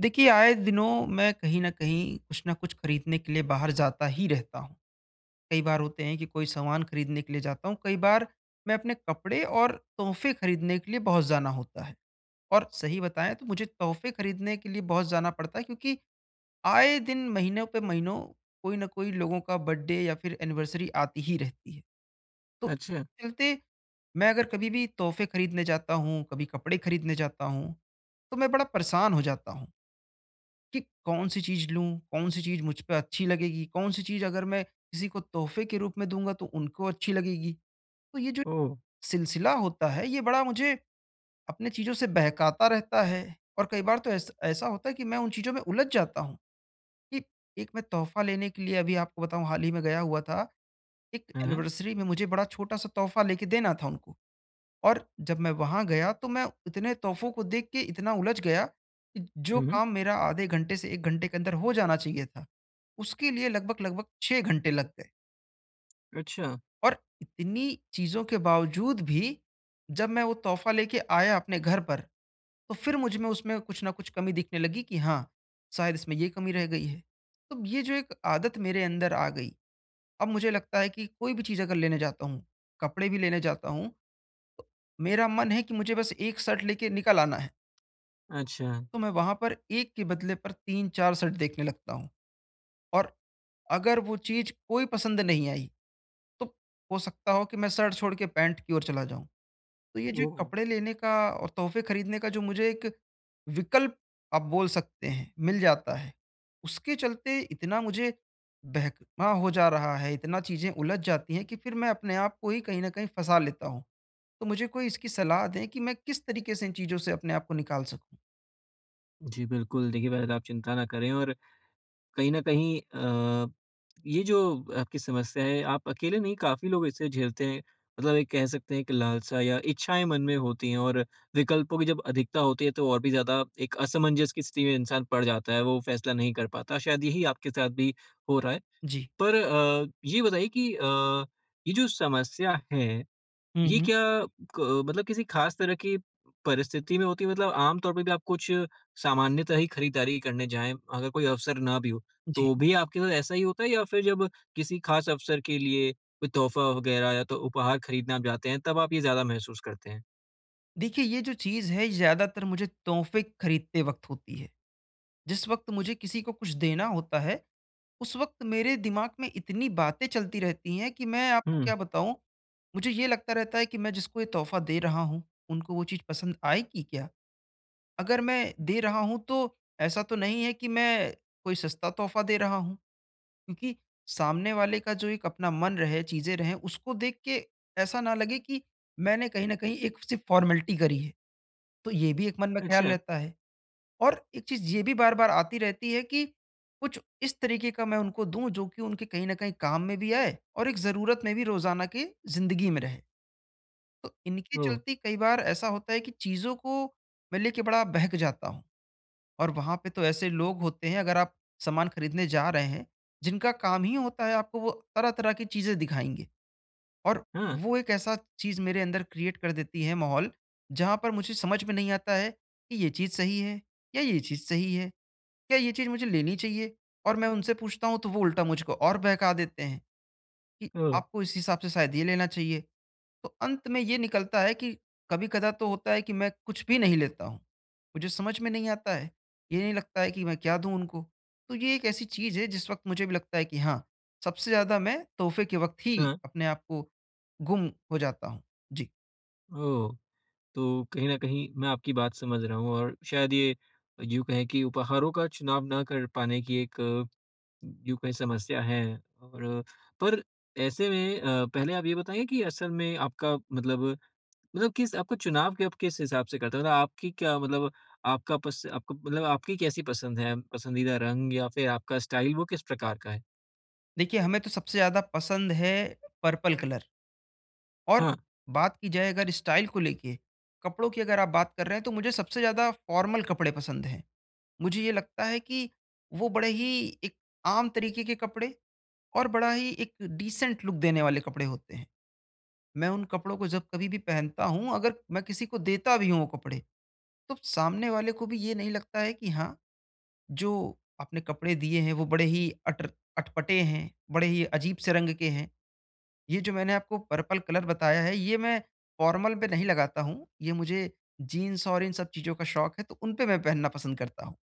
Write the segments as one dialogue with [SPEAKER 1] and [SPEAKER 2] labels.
[SPEAKER 1] देखिए, आए दिनों मैं कहीं न कहीं कुछ ना कुछ खरीदने के लिए बाहर जाता ही रहता हूँ। कई बार होते हैं कि कोई सामान खरीदने के लिए जाता हूँ, कई बार मैं अपने कपड़े और तोहफ़े खरीदने के लिए बहुत जाना होता है। और सही बताएँ तो मुझे तोहफ़े खरीदने के लिए बहुत जाना पड़ता है, क्योंकि आए दिन महीनों पे महीनों कोई न कोई लोगों का बर्थडे या फिर एनिवर्सरी आती ही रहती है। तो
[SPEAKER 2] अच्छा,
[SPEAKER 1] चलते, मैं अगर कभी भी तोहफ़े खरीदने जाता हूँ, कभी कपड़े खरीदने जाता हूँ, तो मैं बड़ा परेशान हो जाता हूँ। कि कौन-सी चीज़ लूँ? कौन-सी चीज़ मुझ पे अच्छी लगेगी? कौन-सी चीज़ अगर मैं किसी को तोहफ़े के रूप में दूँगा तो उनको अच्छी लगेगी? तो ये जो
[SPEAKER 2] ओह!
[SPEAKER 1] सिलसिला होता है, ये बड़ा मुझे अपने चीज़ों से बहकाता रहता है। और कई बार तो ऐस ऐसा होता है कि मैं उन चीज़ों में उलझ जाता हूँ कि, एक मैं तोहफ़ा लेने के लिए अभी आपको बताऊँ, हाल ही में गया हुआ था। एक
[SPEAKER 2] हाँ, हाँ।
[SPEAKER 1] एनिवर्सरी में मुझे बड़ा छोटा-सा तोहफ़ा लेके देना था उनको, और जब मैं वहाँ गया तो मैं इतने तोहफ़ों को देख के इतना उलझ गया कि जो
[SPEAKER 2] हुँ, हुँ।
[SPEAKER 1] काम मेरा आधे घंटे से 1 घंटे के अंदर हो जाना चाहिए था, उसके लिए लगभग-लगभग 6 घंटे लग गए।
[SPEAKER 2] अच्छा,
[SPEAKER 1] और इतनी चीज़ों के बावजूद भी, जब मैं वो तोहफ़ा लेके आया अपने घर पर, तो फिर मुझ में उसमें कुछ न कुछ कमी दिखने लगी कि हाँ, शायद इसमें ये कमी रह गई है। तो ये जो एक आदत मेरे अंदर आ गई, अब मुझे लगता है कि कोई भी चीज़ अगर लेने जाता हूँ, कपड़े भी लेने जाता हूँ, तो मेरा मन है कि मुझे बस 1 शर्ट लेके निकल आना है,
[SPEAKER 2] अच्छा।
[SPEAKER 1] तो मैं वहाँ पर 1 के बदले पर 3-4 शर्ट देखने लगता हूँ। और अगर वो चीज़ कोई पसंद नहीं आई, तो हो सकता हो कि मैं शर्ट छोड़ के पैंट की ओर चला जाऊँ। तो ये जो
[SPEAKER 2] ओह!
[SPEAKER 1] कपड़े लेने का और तोहफ़े खरीदने का जो मुझे एक विकल्प आप बोल सकते हैं, मिल जाता है, उसके चलते इतना मुझे बहकना हो जा रहा है, इतना चीज़ें उलझ जाती हैं कि फिर मैं अपने आप को ही कहीं न कहीं फँसा लेता हूँ। तो मुझे कोई इसकी सलाह दें कि मैं किस तरीके से इन चीज़ों से अपने आप को निकाल सकूँ?
[SPEAKER 2] जी, बिल्कुल, देखिए पहले तो आप चिंता ना करें और कहीं न कहीं अ, ये जो आपकी समस्या है, आप अकेले नहीं काफ़ी लोग इसे झेलते हैं। मतलब एक कह सकते हैं कि लालसा या इच्छाएँ मन में होती हैं और विकल्पों की जब अधिकता होती है, तो और भी ज़्यादा एक असमंजस की स्थिति में इंसान पड़ जाता है, वो फैसला नहीं कर पाता। शायद यही आपके साथ भी हो रहा है।
[SPEAKER 1] जी।
[SPEAKER 2] पर ये बताइए कि ये जो समस्या है
[SPEAKER 1] हुँ,
[SPEAKER 2] ये
[SPEAKER 1] हुँ।
[SPEAKER 2] क्या क मतलब किसी ख़ास तरह की परिस्थिति में होती है? मतलब आम तौर पे भी आप कुछ सामान्यतः ही खरीदारी करने जाएँ, अगर कोई अवसर ना भी हो,
[SPEAKER 1] जी।
[SPEAKER 2] तो भी आपके साथ ऐसा ही होता है या फिर जब किसी ख़ास अवसर के लिए कोई तोहफ़ा वग़ैरह या तो उपहार खरीदने आप जाते हैं, तब आप ये ज़्यादा महसूस करते हैं?
[SPEAKER 1] देखिए, ये जो चीज़ है, ये ज़्यादातर मुझे तोहफ़े खरीदते वक़्त होती है। जिस वक़्त मुझे किसी को कुछ देना होता है, उस वक़्त मेरे दिमाग में इतनी बातें चलती रहती हैं कि मैं आपको
[SPEAKER 2] हुँ,
[SPEAKER 1] क्या बताऊँ। मुझे ये लगता रहता है कि मैं जिसको ये तोहफ़ा दे रहा हूँ, उनको वो चीज़ पसंद आएगी क्या? अगर मैं दे रहा हूँ, तो ऐसा तो नहीं है कि मैं कोई सस्ता तोहफ़ा दे रहा हूँ, क्योंकि सामने वाले का जो एक अपना मन रहे, चीज़ें रहें, उसको देख के ऐसा ना लगे कि मैंने कहीं न कहीं एक सिर्फ़ फ़ॉर्मेलिटी करी है। तो ये भी एक मन में ख़्याल
[SPEAKER 2] अच्छा।
[SPEAKER 1] रहता है। और एक चीज़ ये भी बार-बार आती रहती है कि कुछ इस तरीके का मैं उनको दूँ, जो कि उनके कहीं न कहीं काम में भी आए और एक ज़रूरत में भी रोज़ाना की ज़िंदगी में रहे। तो इनके
[SPEAKER 2] ओह!
[SPEAKER 1] चलते कई बार ऐसा होता है कि चीज़ों को मैं लेके बड़ा बहक जाता हूँ। और वहाँ पे तो ऐसे लोग होते हैं, अगर आप सामान खरीदने जा रहे हैं, जिनका काम ही होता है आपको वो तरह-तरह की चीज़ें दिखाएँगे। और
[SPEAKER 2] हाँ,
[SPEAKER 1] वो एक ऐसा चीज़ मेरे अंदर क्रिएट कर देती है माहौल, जहाँ पर मुझे समझ में नहीं आता है कि ये चीज़ सही है या ये चीज़ सही है। क्या ये चीज़ मुझे लेनी चाहिए? और मैं उनसे पूछता हूँ, तो वो उल्टा मुझको और बहका देते हैं कि
[SPEAKER 2] ओह!
[SPEAKER 1] आपको इस हिसाब से शायद ये लेना चाहिए। तो अंत में ये निकलता है कि कभी-कदा तो होता है कि मैं कुछ भी नहीं लेता हूँ। मुझे समझ में नहीं आता है। ये नहीं लगता है कि मैं क्या दूँ उनको? तो ये एक ऐसी चीज़ है जिस वक़्त मुझे भी लगता है कि हाँ, सबसे ज़्यादा मैं तोहफ़े के वक़्त ही
[SPEAKER 2] हाँ,
[SPEAKER 1] अपने आप को गुम हो जाता हूँ। जी।
[SPEAKER 2] ओह! तो कहीं न कहीं मैं आपकी बात समझ रहा हूँ और शायद ये यूँ कहें कि उपहारों का चुनाव ना कर पाने की एक जो कोई समस्या है और पर ऐसे में पहले आप ये बताएँ कि असल में आपका मतलब किस आपका चुनाव के आप किस हिसाब से करते हो? मतलब आपकी क्या मतलब आपका पस आपको मतलब आपकी कैसी पसंद है? पसंदीदा रंग या फिर आपका स्टाइल वो किस प्रकार का है?
[SPEAKER 1] देखिए, हमें तो सबसे ज़्यादा पसंद है पर्पल कलर। और
[SPEAKER 2] हाँ,
[SPEAKER 1] बात की जाए अगर स्टाइल को लेके, कपड़ों की अगर आप बात कर रहे हैं, तो मुझे सबसे ज़्यादा फॉर्मल कपड़े पसंद हैं। मुझे ये लगता है कि वो बड़े ही एक आम तरीके के कपड़े और बड़ा ही एक डिसेंट लुक देने वाले कपड़े होते हैं। मैं उन कपड़ों को जब कभी भी पहनता हूँ, अगर मैं किसी को देता भी हूँ वो कपड़े, तो सामने वाले को भी ये नहीं लगता है कि हाँ, जो आपने कपड़े दिए हैं वो बड़े ही अटर अटपटे हैं, बड़े ही अजीब से रंग के हैं। ये जो मैंने आपको पर्पल कलर बताया है, ये मैं फॉर्मल पे नहीं लगाता हूँ। ये मुझे जीन्स और इन सब चीज़ों का शौक है, तो उन पे मैं पहनना पसंद करता हूँ।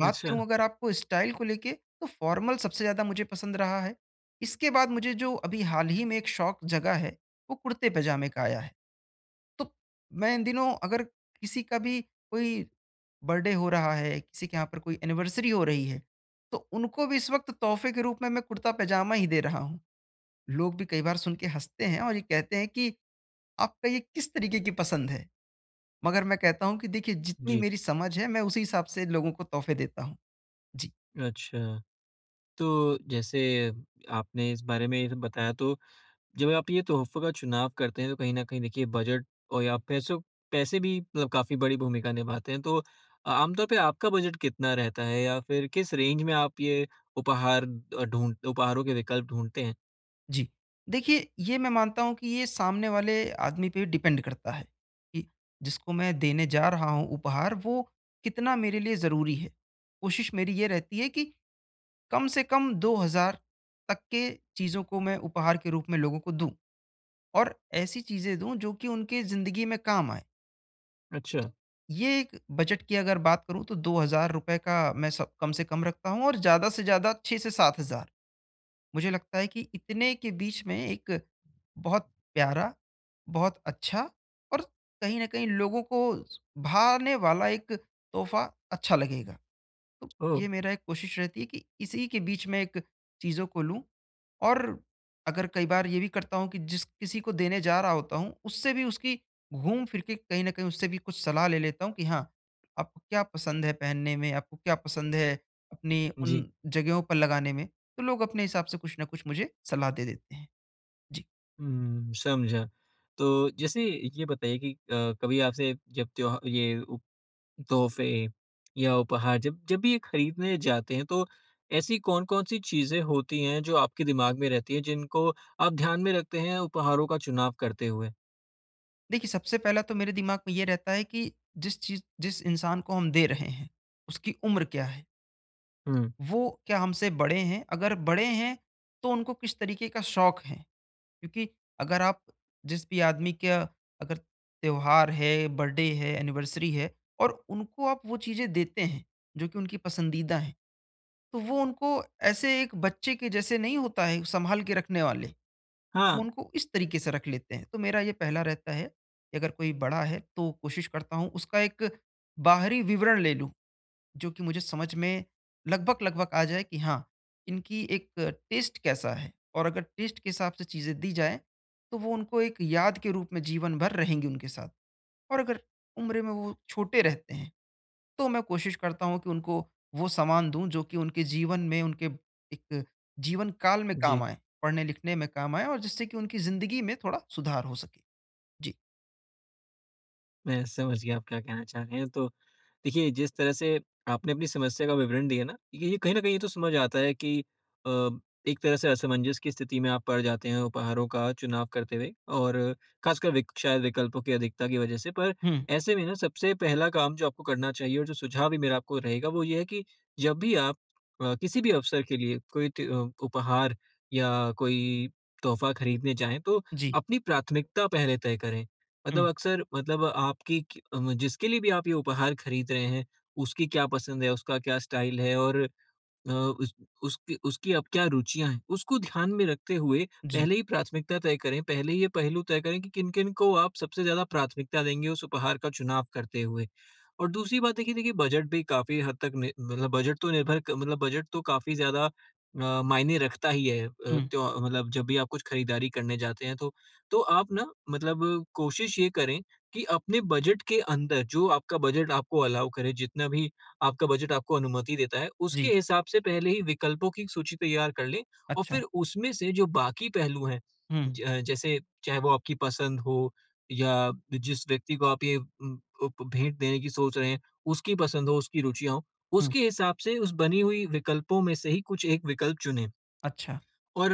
[SPEAKER 1] बात
[SPEAKER 2] अच्छा,
[SPEAKER 1] करूँ अगर आपको स्टाइल को लेके, तो फॉर्मल सबसे ज़्यादा मुझे पसंद रहा है। इसके बाद मुझे जो अभी हाल ही में एक शौक जगा है, वो कुर्ते-पजामे का आया है। तो मैं इन दिनों अगर किसी का भी कोई बर्थडे हो रहा है, किसी के यहाँ पर कोई एनिवर्सरी हो रही है, तो उनको भी इस वक़्त तोहफ़े के रूप में मैं कुर्ता-पजामा ही दे रहा हूँ। लोग भी कई बार सुन के हँसते हैं और ये कहते हैं कि आपका ये किस तरीके की पसंद है? मगर मैं कहता हूँ कि देखिए, जितनी
[SPEAKER 2] जी,
[SPEAKER 1] मेरी समझ है मैं उसी हिसाब से लोगों को तोहफ़े देता हूँ। जी,
[SPEAKER 2] अच्छा। तो जैसे आपने इस बारे में ये सब बताया तो जब आप ये तोहफ़ों का चुनाव करते हैं तो कहीं न कहीं देखिए बजट और या पैसों पैसे भी मतलब काफ़ी बड़ी भूमिका निभाते हैं। तो आमतौर पे आपका बजट कितना रहता है या फिर किस रेंज में आप ये उपहारों के विकल्प ढूँढते हैं?
[SPEAKER 1] जी। देखिए, ये मैं मानता हूँ कि ये सामने वाले आदमी पे डिपेंड करता है, कि जिसको मैं देने जा रहा हूँ उपहार, वो कितना मेरे लिए ज़रूरी है। कोशिश मेरी ये रहती है कि कम से कम 2000 तक के चीज़ों को मैं उपहार के रूप में लोगों को दूँ, और ऐसी चीज़ें दूँ जो कि उनके ज़िंदगी में काम आएँ।
[SPEAKER 2] अच्छा,
[SPEAKER 1] तो ये एक बजट की अगर बात करूँ, तो ₹2000 का मैं सब कम से कम रखता हूँ और ज़्यादा से ज़्यादा 6 से 7000। मुझे लगता है कि इतने के बीच में एक बहुत प्यारा, बहुत अच्छा और कहीं न कहीं लोगों को भाने वाला एक तोहफ़ा अच्छा लगेगा। तो
[SPEAKER 2] ओह!
[SPEAKER 1] ये मेरा एक कोशिश रहती है कि इसी के बीच में एक चीज़ों को लूँ। और अगर कई बार ये भी करता हूँ कि जिस किसी को देने जा रहा होता हूँ, उससे भी उसकी घूम फिर के कहीं न कहीं उससे भी कुछ सलाह ले लेता हूँ कि हाँ, आपको क्या पसंद है पहनने में, आपको क्या पसंद है अपनी
[SPEAKER 2] जी।
[SPEAKER 1] उन जगहों पर लगाने में। तो लोग अपने हिसाब से कुछ न कुछ मुझे सलाह दे देते हैं। जी।
[SPEAKER 2] हुँ, समझा। तो जैसे ये बताइए कि कभी आपसे जब त्योहा ये उ तोहफे या उपहार जब जब भी ये खरीदने जाते हैं तो ऐसी कौन-कौन सी चीज़ें होती हैं जो आपके दिमाग में रहती हैं जिनको आप ध्यान में रखते हैं उपहारों का चुनाव करते हुए?
[SPEAKER 1] देखिए, सबसे पहला तो मेरे दिमाग में ये रहता है कि जिस चीज़ जिस इंसान को हम दे रहे हैं, उसकी उम्र क्या है?
[SPEAKER 2] हुँ।
[SPEAKER 1] वो क्या हमसे बड़े हैं? अगर बड़े हैं, तो उनको किस तरीके का शौक है? क्योंकि अगर आप जिस भी आदमी का, अगर त्योहार है, बर्थडे है, एनिवर्सरी है, और उनको आप वो चीज़ें देते हैं जो कि उनकी पसंदीदा हैं, तो वो उनको ऐसे एक बच्चे के जैसे नहीं होता है सँभाल के रखने वाले, वो
[SPEAKER 2] हाँ,
[SPEAKER 1] उनको इस तरीके से रख लेते हैं। तो मेरा ये पहला रहता है कि अगर कोई बड़ा है, तो कोशिश करता हूँ उसका एक बाहरी विवरण ले लूँ। जो कि मुझे समझ में लगभग-लगभग आ जाए कि हाँ, इनकी एक टेस्ट कैसा है, और अगर टेस्ट के हिसाब से चीज़ें दी जाएँ, तो वो उनको एक याद के रूप में जीवन भर रहेंगी उनके साथ। और अगर उम्र में वो छोटे रहते हैं, तो मैं कोशिश करता हूँ कि उनको वो सामान दूँ जो कि उनके जीवन में, उनके एक जीवन काल में काम
[SPEAKER 2] जी।
[SPEAKER 1] आएँ, पढ़ने-लिखने में काम आएँ, और जिससे कि उनकी ज़िंदगी में थोड़ा सुधार हो सके। जी।
[SPEAKER 2] मैं समझ गया आप क्या कहना चाह रहे हैं। तो देखिए, जिस तरह से आपने अपनी समस्या का विवरण दिया ना, ये कहीं न कहीं ये तो समझ आता है कि अ, एक तरह से असमंजस की स्थिति में आप पड़ जाते हैं उपहारों का चुनाव करते हुए और खासकर विक शायद विकल्पों की अधिकता की वजह से। पर
[SPEAKER 1] हुँ,
[SPEAKER 2] ऐसे में ना सबसे पहला काम जो आपको करना चाहिए और जो सुझाव भी मेरा आपको रहेगा वो ये है कि जब भी आप किसी भी अवसर के लिए कोई उपहार या कोई तोहफ़ा खरीदने जाएँ, तो
[SPEAKER 1] जी,
[SPEAKER 2] अपनी प्राथमिकता पहले तय करें।
[SPEAKER 1] हुँ,
[SPEAKER 2] मतलब अक्सर मतलब आपकी जिसके लिए भी आप ये उपहार खरीद रहे हैं उसकी क्या पसंद है उसका क्या स्टाइल है और अ, उस उसकी उसकी अब क्या रुचियाँ हैं, उसको ध्यान में रखते हुए
[SPEAKER 1] जी,
[SPEAKER 2] पहले ही प्राथमिकता तय करें, पहले ही ये पहलू तय करें कि किन-किन को आप सबसे ज़्यादा प्राथमिकता देंगे उस उपहार का चुनाव करते हुए। और दूसरी बात देखिए देखिए बजट भी काफ़ी हद तक नि मतलब बजट तो निर्भर क मतलब बजट तो काफ़ी ज़्यादा मायने रखता ही है अ,
[SPEAKER 1] हुँ,
[SPEAKER 2] त्यो मतलब जब भी आप कुछ खरीदारी करने जाते हैं तो। तो आप ना मतलब कोशिश ये करें कि अपने बजट के अंदर जो आपका बजट आपको अलाउ करे जितना भी आपका बजट आपको अनुमति देता है,
[SPEAKER 1] जी,
[SPEAKER 2] उसके हिसाब से पहले ही विकल्पों की सूची तैयार कर लें और
[SPEAKER 1] अच्छा,
[SPEAKER 2] फिर उसमें से जो बाकी पहलू हैं,
[SPEAKER 1] हुँ,
[SPEAKER 2] जैसे चाहे वो आपकी पसंद हो या जिस व्यक्ति को आप ये उम, उप भेंट देने की सोच रहे हैं, उसकी पसंद हो, उसकी रुचियाँ हों,
[SPEAKER 1] हुँ,
[SPEAKER 2] उसके हिसाब से उस बनी हुई विकल्पों में से ही कुछ एक विकल्प चुनें।
[SPEAKER 1] अच्छा,
[SPEAKER 2] और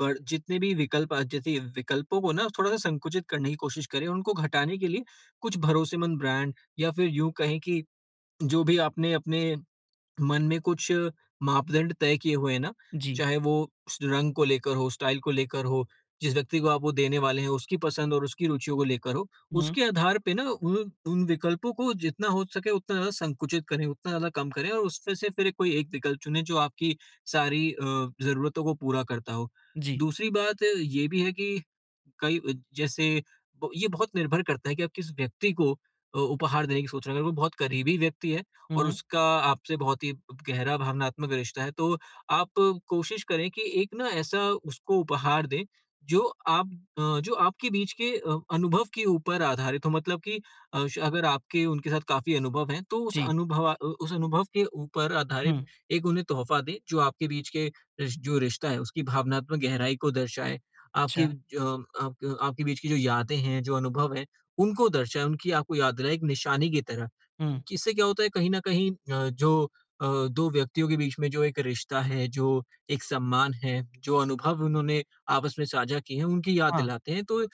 [SPEAKER 2] ब जितने भी विकल्प जैसे विकल्पों को ना थोड़ा-सा संकुचित करने की कोशिश करें, उनको घटाने के लिए कुछ भरोसेमंद ब्रांड या फिर यूँ कहें कि जो भी आपने अपने मन में कुछ मापदंड तय किए हुए हैं ना,
[SPEAKER 1] जी,
[SPEAKER 2] चाहे वो स रंग को लेकर हो, स्टाइल को लेकर हो, जिस व्यक्ति को आप वो देने वाले हैं, उसकी पसंद और उसकी रुचियों को लेकर हो,
[SPEAKER 1] हुँ।
[SPEAKER 2] उसके आधार पे ना उन उन विकल्पों को जितना हो सके उतना ज़्यादा संकुचित करें, उतना ज़्यादा कम करें और उसमें से फिर कोई एक विकल्प चुनें जो आपकी सारी ज़रूरतों को पूरा करता हो।
[SPEAKER 1] जी।
[SPEAKER 2] दूसरी बात ये भी है कि कई जैसे ब ये बहुत निर्भर करता है कि आप किस व्यक्ति को उपहार देने की सोच रहे हैं। अगर वो बहुत करीबी व्यक्ति है और
[SPEAKER 1] हुँ,
[SPEAKER 2] उसका आपसे बहुत ही गहरा भावनात्मक रिश्ता है, तो आप कोशिश करें कि एक ना ऐसा उसको उपहार दें, जो आप जो आपके बीच के अनुभव के ऊपर आधारित हो मतलब कि अ, श अगर आपके उनके साथ काफ़ी अनुभव हैं, तो उस
[SPEAKER 1] जी।
[SPEAKER 2] उस अनुभव के ऊपर आधारित
[SPEAKER 1] हुँ,
[SPEAKER 2] एक उन्हें तोहफ़ा दें, जो आपके बीच के रिश जो रिश्ता है, उसकी भावनात्मक गहराई को दर्शाए,
[SPEAKER 1] अच्छा।
[SPEAKER 2] आपकी ज अ, आपके आपके बीच की जो यादें हैं, जो अनुभव हैं, उनको दर्शाए, उनकी आपको याद दिलाए एक निशानी की तरह।
[SPEAKER 1] हुँ,
[SPEAKER 2] इससे क्या होता है कहीं न कहीं जो अ, 2 व्यक्तियों के बीच में जो एक रिश्ता है, जो एक सम्मान है, जो अनुभव उन्होंने आपस में साझा किए हैं, उनकी याद
[SPEAKER 1] हाँ,
[SPEAKER 2] दिलाते हैं। तो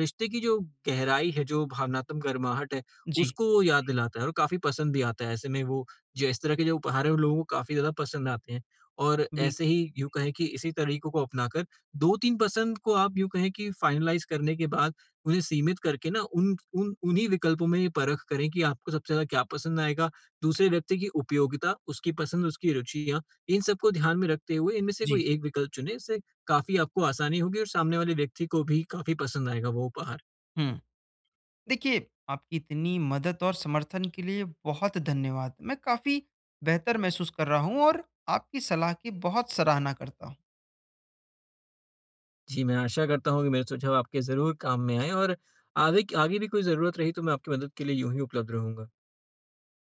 [SPEAKER 2] रिश्ते की जो गहराई है, जो भावनात्मक गर्माहट है,
[SPEAKER 1] जी,
[SPEAKER 2] उसको वो याद दिलाता है और काफ़ी पसंद भी आता है। ऐसे में वो जो इस तरह के जो उपहार हैं, वो लोगों को काफ़ी ज़्यादा पसंद आते हैं। और
[SPEAKER 1] बिल्कुल,
[SPEAKER 2] ऐसे ही यूँ कहें कि इसी तरीकों को अपनाकर 2-3 पसंद को आप यूँ कहें कि फ़ाइनलाइज़ करने के बाद उन्हें सीमित करके ना उन उन उन्हीं विकल्पों में ये परख करें कि आपको सबसे ज़्यादा क्या पसंद आएगा। दूसरे व्यक्ति की उपयोगिता, उसकी पसंद, उसकी रुचियाँ, इन सबको ध्यान में रखते हुए इनमें से
[SPEAKER 1] जी,
[SPEAKER 2] कोई एक विकल्प चुनें। इससे काफ़ी आपको आसानी होगी और सामने वाले व्यक्ति को भी काफ़ी पसंद आएगा वो उपहार।
[SPEAKER 1] हुँ। देखिए, आपकी इतनी मदद और समर्थन के लिए बहुत धन्यवाद। मैं काफ़ी बेहतर महसूस कर रहा हूँ, और आपकी सलाह की बहुत सराहना करता हूँ।
[SPEAKER 2] जी, मैं आशा करता हूँ कि मेरे सुझाव आपके ज़रूर काम में आएँ और आगे आगे भी कोई ज़रूरत रही तो मैं आपकी मदद के लिए यूँ ही उपलब्ध रहूँगा।